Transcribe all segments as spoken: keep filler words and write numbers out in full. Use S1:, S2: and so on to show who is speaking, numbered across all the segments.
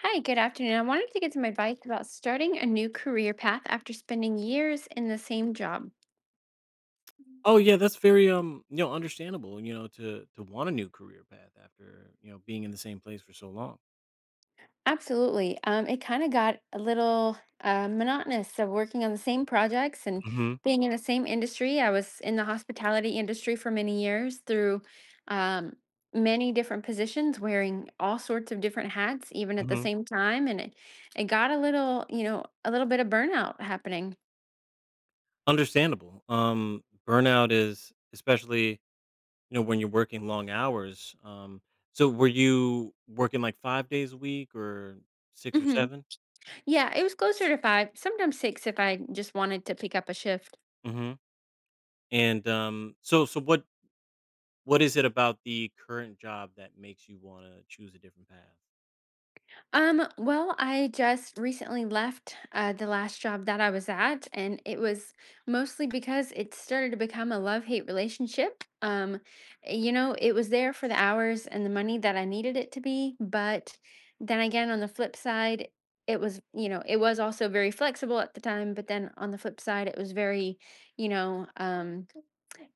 S1: Hi, good afternoon. I wanted to get some advice about starting a new career path after spending years in the same job.
S2: Oh yeah, that's very um, you know, understandable, you know, to to want a new career path after, you know, being in the same place for so long.
S1: Absolutely. Um, it kind of got a little uh, monotonous of working on the same projects and
S2: Mhm.
S1: being in the same industry. I was in the hospitality industry for many years through um, many different positions, wearing all sorts of different hats, even at the
S2: Mhm.
S1: same time. And it, it got a little, you know, a little bit of burnout happening.
S2: Understandable. Um, burnout is especially, you know, when you're working long hours. Um, so were you working like five days a week or six or seven?
S1: Yeah, it was closer to five, sometimes six if I just wanted to pick up a shift.
S2: Mhm. And um so so what what is it about the current job that makes you want to choose a different path?
S1: Um, well, I just recently left uh, the last job that I was at, and it was mostly because it started to become a love-hate relationship. Um, you know, it was there for the hours and the money that I needed it to be, but then again, on the flip side, it was, you know, it was also very flexible at the time, but then on the flip side, it was very, you know, um,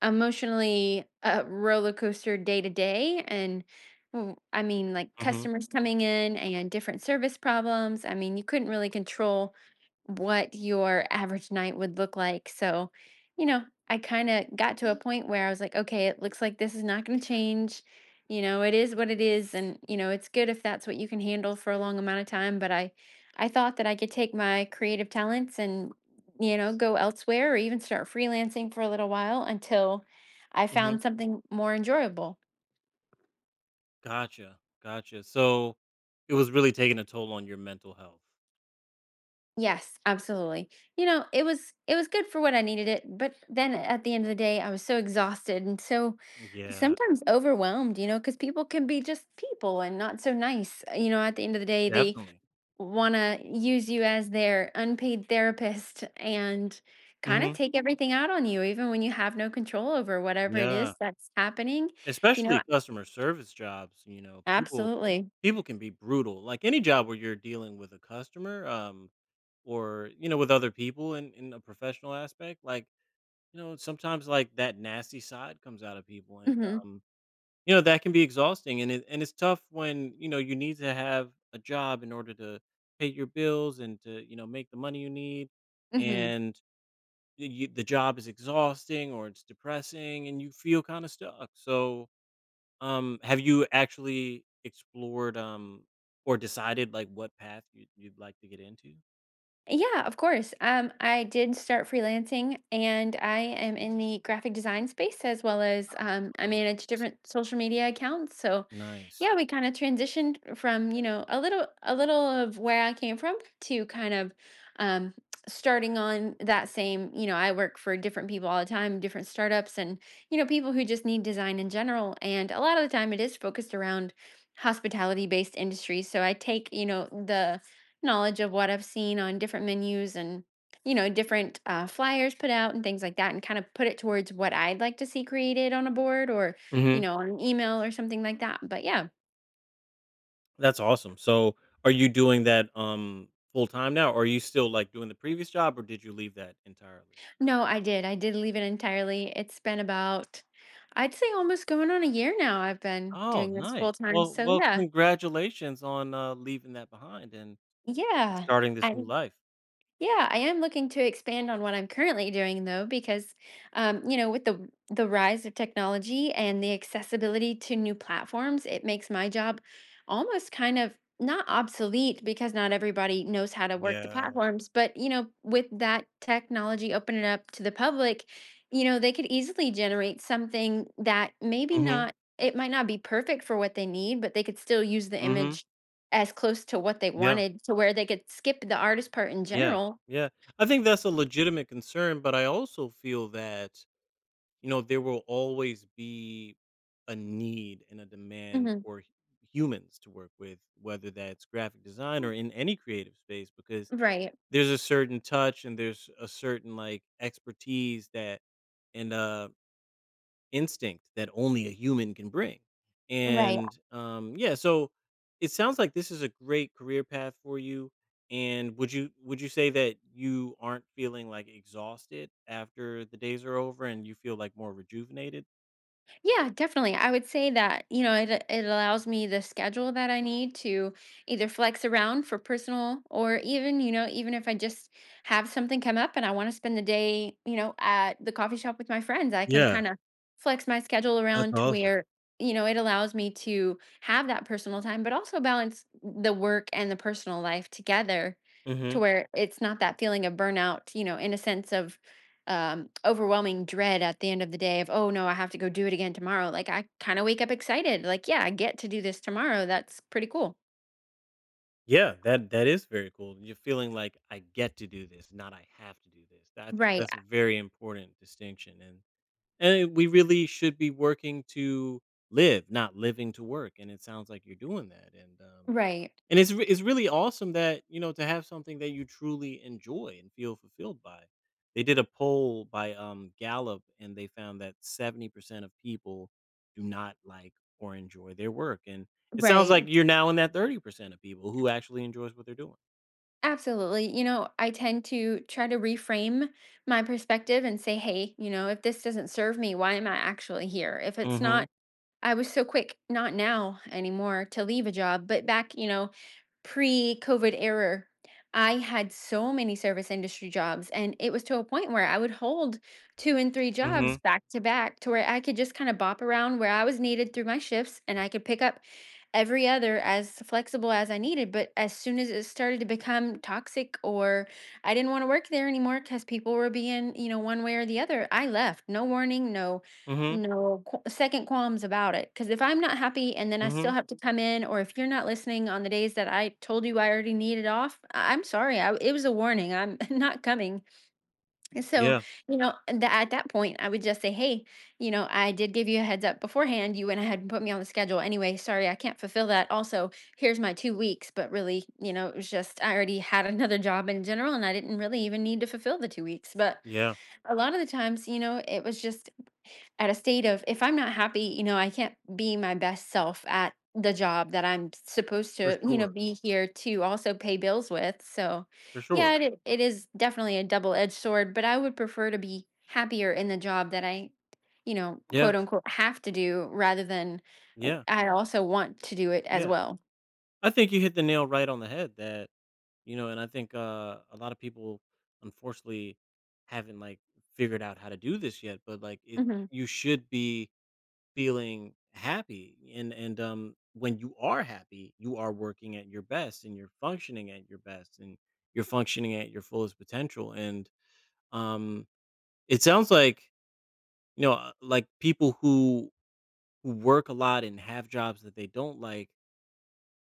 S1: emotionally uh, roller coaster day to day. And well, I mean, like,
S2: Mhm.
S1: customers coming in and different service problems. I mean, you couldn't really control what your average night would look like. So, you know, I kind of got to a point where I was like, okay, it looks like this is not going to change. You know, it is what it is, and you know, it's good if that's what you can handle for a long amount of time, but I I thought that I could take my creative talents and you know, go elsewhere or even start freelancing for a little while until I found
S2: Mhm.
S1: something more enjoyable.
S2: Gotcha, gotcha. So, it was really taking a toll on your mental health.
S1: Yes, absolutely. You know, it was it was good for what I needed it, but then at the end of the day, I was so exhausted and so
S2: Yeah,
S1: sometimes overwhelmed, you know, cuz people can be just people and not so nice. You know, at the end of the day, they
S2: definitely.
S1: want to use you as their unpaid therapist and kind of
S2: Mhm.
S1: take everything out on you even when you have no control over whatever it
S2: Yeah,
S1: is that's happening you know
S2: especially customer service jobs, you know, people
S1: Absolutely.
S2: people can be brutal. Like, any job where you're dealing with a customer, um, or, you know, with other people in in a professional aspect, like, you know, sometimes, like, that nasty side comes out of people. And,
S1: Mhm,
S2: um, you know that can be exhausting, and it, and it's tough when you know you need to have a job in order to pay your bills and to, you know, make the money you need.
S1: mhm.
S2: And y- you, the job is exhausting or it's depressing and you feel kind of stuck. So, um, have you actually explored, um, or decided like what path you, you'd like to get into?
S1: Yeah, of course. Um, I did start freelancing, and I am in the graphic design space as well as,
S2: Um,
S1: um, I
S2: Ni-
S1: manage different social media accounts, so
S2: nice.
S1: yeah, we kind of transitioned from, you know, a little a little of where I came from to kind of um starting on that same, you know, I work for different people all the time, different startups and, you know, people who just need design in general. And a lot of the time it is focused around hospitality based industries. So I take, you know, the knowledge of what I've seen on different menus and you know different uh, flyers put out and things like that, and kind of put it towards what I'd like to see created on a board or
S2: Hmm,
S1: you know, on an email or something like that. But yeah.
S2: that's awesome. So are you doing that, um, full time now, or are you still like doing the previous job, or did you leave that entirely?
S1: No, I did. I did leave it entirely. It's been about, I'd say almost going on a year now I've been
S2: Oh,
S1: doing this full
S2: nice.
S1: time.
S2: Well
S1: So
S2: well,
S1: yeah.
S2: congratulations on, uh, leaving that behind and
S1: Yeah.
S2: starting this
S1: I
S2: new life.
S1: Yeah, I am looking to expand on what I'm currently doing though, because um, you know, with the the rise of technology and the accessibility to new platforms, it makes my job almost kind of not obsolete because not everybody knows how to work the
S2: Yeah.
S1: platforms, but you know, with that technology opening up to the public, you know, they could easily generate something that maybe
S2: Mhm,
S1: not it might not be perfect for what they need, but they could still use the
S2: mhm.
S1: image as close to what they
S2: Yeah,
S1: wanted to where they could skip the artist part in
S2: yeah,
S1: general.
S2: yeah. I think that's a legitimate concern, but I also feel that, you know, there will always be a need and a demand
S1: Mhm.
S2: for hu humans to work with, whether that's graphic design or in any creative space, because
S1: Right.
S2: there's a certain touch and there's a certain, like, expertise that and, uh instinct that only a human can bring.
S1: Right.
S2: And, um, yeah, so it sounds like this is a great career path for you. And would you would you say that you aren't feeling like exhausted after the days are over and you feel like more rejuvenated?
S1: Yeah, definitely. I would say that, you know, it it allows me the schedule that I need to either flex around for personal or even, you know, even if I just have something come up and I want to spend the day, you know, at the coffee shop with my friends, I can
S2: Yeah,
S1: kind of flex my schedule
S2: that's
S1: around to
S2: awesome.
S1: where, you know, it allows me to have that personal time, but also balance the work and the personal life together to
S2: Hmm.
S1: where it's not that feeling of burnout, you know, in a sense of um overwhelming dread at the end of the day of, oh no, I have to go do it again tomorrow. Like, I kind of wake up excited, like, yeah, I get to do this tomorrow. That's pretty cool.
S2: Yeah, that that is very cool. You're feeling like I get to do this, not I have to do this. That- I think
S1: Right,
S2: that's a very important distinction. and And we really should be working to live, not living to work, and it sounds like you're doing that, and, um,
S1: right,
S2: and it's re it's really awesome that, you know, to have something that you truly enjoy and feel fulfilled by. They did a poll by, um, Gallup, and they found that seventy percent of people do not like or enjoy their work, and it sounds like
S1: right,
S2: you're now in that thirty percent of people who actually enjoys what they're doing.
S1: absolutely. You know i tend to try to reframe my perspective and say, hey, you know if this doesn't serve me, why am I actually here if it's not?
S2: Mm.
S1: I was so quick, not now anymore, to leave a job, but back, you know, pre-COVID era, I had so many service industry jobs, and it was to a point where I would hold two and three jobs
S2: Mhm,
S1: back to back to where I could just kinda bop around where I was needed through my shifts, and I could pick up every other as flexible as I needed, but as soon as it started to become toxic or I didn't wanna work there anymore because people were being, you know, one way or the other, I left. No warning, no
S2: mm mhm, mm mhm,
S1: no, qu- second qualms about it. Because if I'm not happy and then
S2: mm
S1: I still
S2: mhm.
S1: have to come in, or if you're not listening on the days that I told you I already needed off, I- I'm sorry. I, it was a warning. I'm not coming. And so,
S2: Yeah,
S1: you know, and tha- at that point, I would just say, hey, you know, I did give you a heads up beforehand. You went ahead and put me on the schedule. Anyway, sorry, I can't fulfill that. Also, here's my two weeks. But really, you know, it was just I already had another job in general and I didn't really even need to fulfill the two weeks. But
S2: yeah,
S1: a lot of the times, you know, it was just at a state of if I'm not happy, you know, I can't be my best self at the job that I'm supposed
S2: for
S1: to, you know,
S2: sure,
S1: be here to also pay bills with. So,
S2: for
S1: yeah,
S2: sure.
S1: it, it is definitely a double edged sword, but I would prefer to be happier in the job that I, you know,
S2: Yeah,
S1: quote unquote have to do rather than w-
S2: yeah,
S1: I also want to do it as
S2: yeah.
S1: well.
S2: I think you hit the nail right on the head that, you know. And I think, uh, a lot of people unfortunately haven't like figured out how to do this yet, but like it,
S1: Hmm.
S2: you should be feeling happy. And and um when you are happy, you are working at your best and you're functioning at your best and you're functioning at your fullest potential. And um, it sounds like, you know, uh, like people who who work a lot and have jobs that they don't like,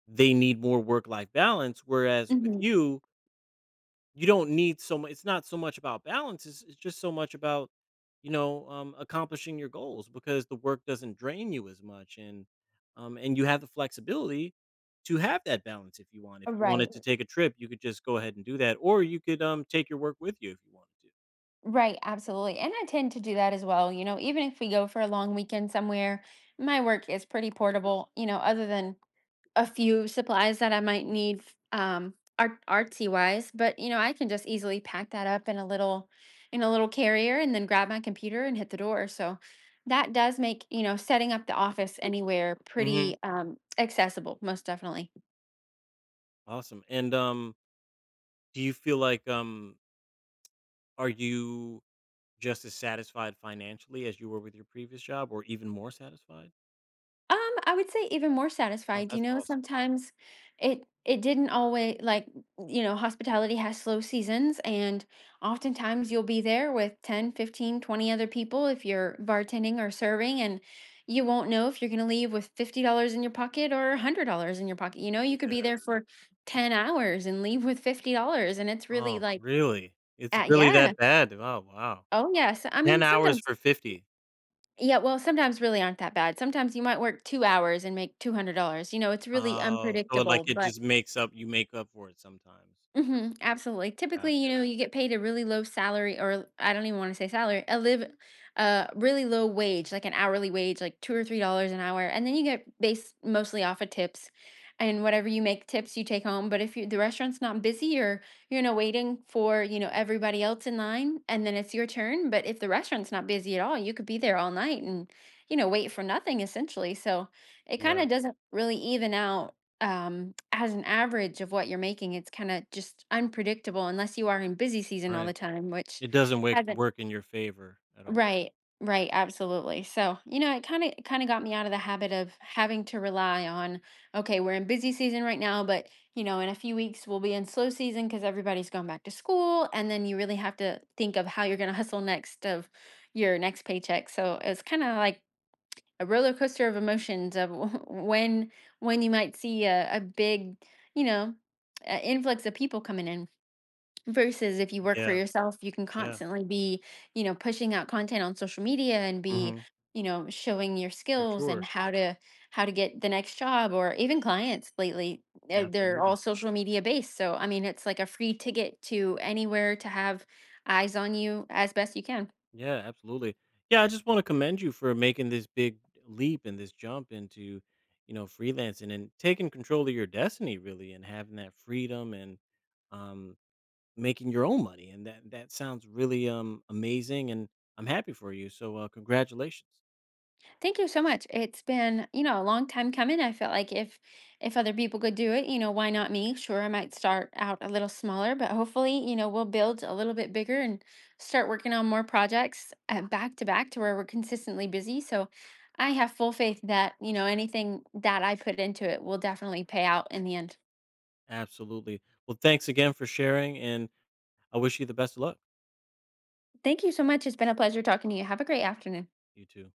S2: they need more work life balance, whereas with
S1: Hmm.
S2: you, you don't need so much. It's not so much about balance, it's it's just so much about, you know, um, accomplishing your goals, because the work doesn't drain you as much. And, um, and you have the flexibility to have that balance if you want. If you
S1: Right,
S2: wanted to take a trip, you could just go ahead and do that, or you could, um, take your work with you if you wanted to.
S1: right, absolutely. And I tend to do that as well. You know, even if we go for a long weekend somewhere, my work is pretty portable, you know, other than a few supplies that I might need f- um art artsy wise, but you know, I can just easily pack that up in a little in a little carrier and then grab my computer and hit the door. So that does make, you know, setting up the office anywhere
S2: Mhm.
S1: pretty um accessible, most definitely.
S2: Awesome. And, um, do you feel like, um, are you just as satisfied financially as you were with your previous job, or even more satisfied?
S1: Um, I would say even more
S2: Oh,
S1: satisfied, you
S2: that's
S1: know,
S2: awesome.
S1: sometimes it it didn't always like, you know, hospitality has slow seasons and oftentimes you'll be there with ten, fifteen, twenty other people if you're bartending or serving and you won't know if you're going to leave with fifty dollars in your pocket or one hundred dollars in your pocket. You know, you could be
S2: Yeah.
S1: there for ten hours and leave with fifty dollars and it's really
S2: Oh,
S1: like
S2: really? It's
S1: uh,
S2: really
S1: yeah.
S2: that bad? Oh, wow.
S1: Oh yes. I
S2: ten
S1: mean,
S2: hours
S1: sometimes
S2: for fifty.
S1: yeah, well, sometimes really aren't that bad. Sometimes you might work two hours and make two hundred dollars. You know, it's really
S2: Oh, so, like,
S1: unpredictable,
S2: it
S1: but
S2: just makes up, you make up for it sometimes.
S1: mhm, absolutely. Typically, you
S2: Gotcha.
S1: know, you get paid a really low salary, or I don't even wanna say salary, a live uh, really low wage, like an hourly wage, like two or three dollars an hour, and then you get based mostly off of tips, and whatever you make tips, you take home, but if you the restaurant's not busy or, you know, waiting for, you know, everybody else in line, and then it's your turn, but if the restaurant's not busy at all, you could be there all night and, you know, wait for nothing essentially, so it
S2: Yeah,
S1: kinda doesn't really even out um, as an average of what you're making, it's kinda just unpredictable unless you are in busy season all the
S2: right.
S1: time, which
S2: It doesn't work
S1: hasn't.
S2: work in your favor at all.
S1: Right, right, absolutely. So, you know, it kinda kinda got me out of the habit of having to rely on, okay, we're in busy season right now, but, you know, in a few weeks, we'll be in slow season because everybody's going back to school, and then you really have to think of how you're gonna hustle next of your next paycheck. So, it's kinda like a roller coaster of emotions of when when you might see a, a big you know uh, influx of people coming in versus if you work for
S2: Yeah,
S1: yourself, you can
S2: yeah.
S1: constantly be you know pushing out content on social media and be
S2: Mhm.
S1: you know showing your
S2: For
S1: skills and
S2: sure.
S1: how to how to get the next job. Or even clients lately, they're, they're all
S2: Absolutely.
S1: social media based, so I mean, it's like a free ticket to anywhere to have eyes on you as best you can.
S2: Yeah, absolutely. Yeah, I just wanna commend you for making this big leap and this jump into, you know, freelancing and taking control of your destiny really and having that freedom. And, um, making your own money, and that that sounds really, um, amazing. And I'm happy for you, so, uh, congratulations.
S1: Thank you so much. It's been, you know, a long time coming. I felt like if if other people could do it, you know, why not me? Sure, I might start out a little smaller, but hopefully, you know, we'll build a little bit bigger and start working on more projects uh, back to back to where we're consistently busy. So I have full faith that, you know, anything that I put into it will definitely pay out in the end.
S2: Absolutely. Well, thanks again for sharing, and I wish you the best of luck.
S1: Thank you so much. It's been a pleasure talking to you. Have a great afternoon.
S2: You too.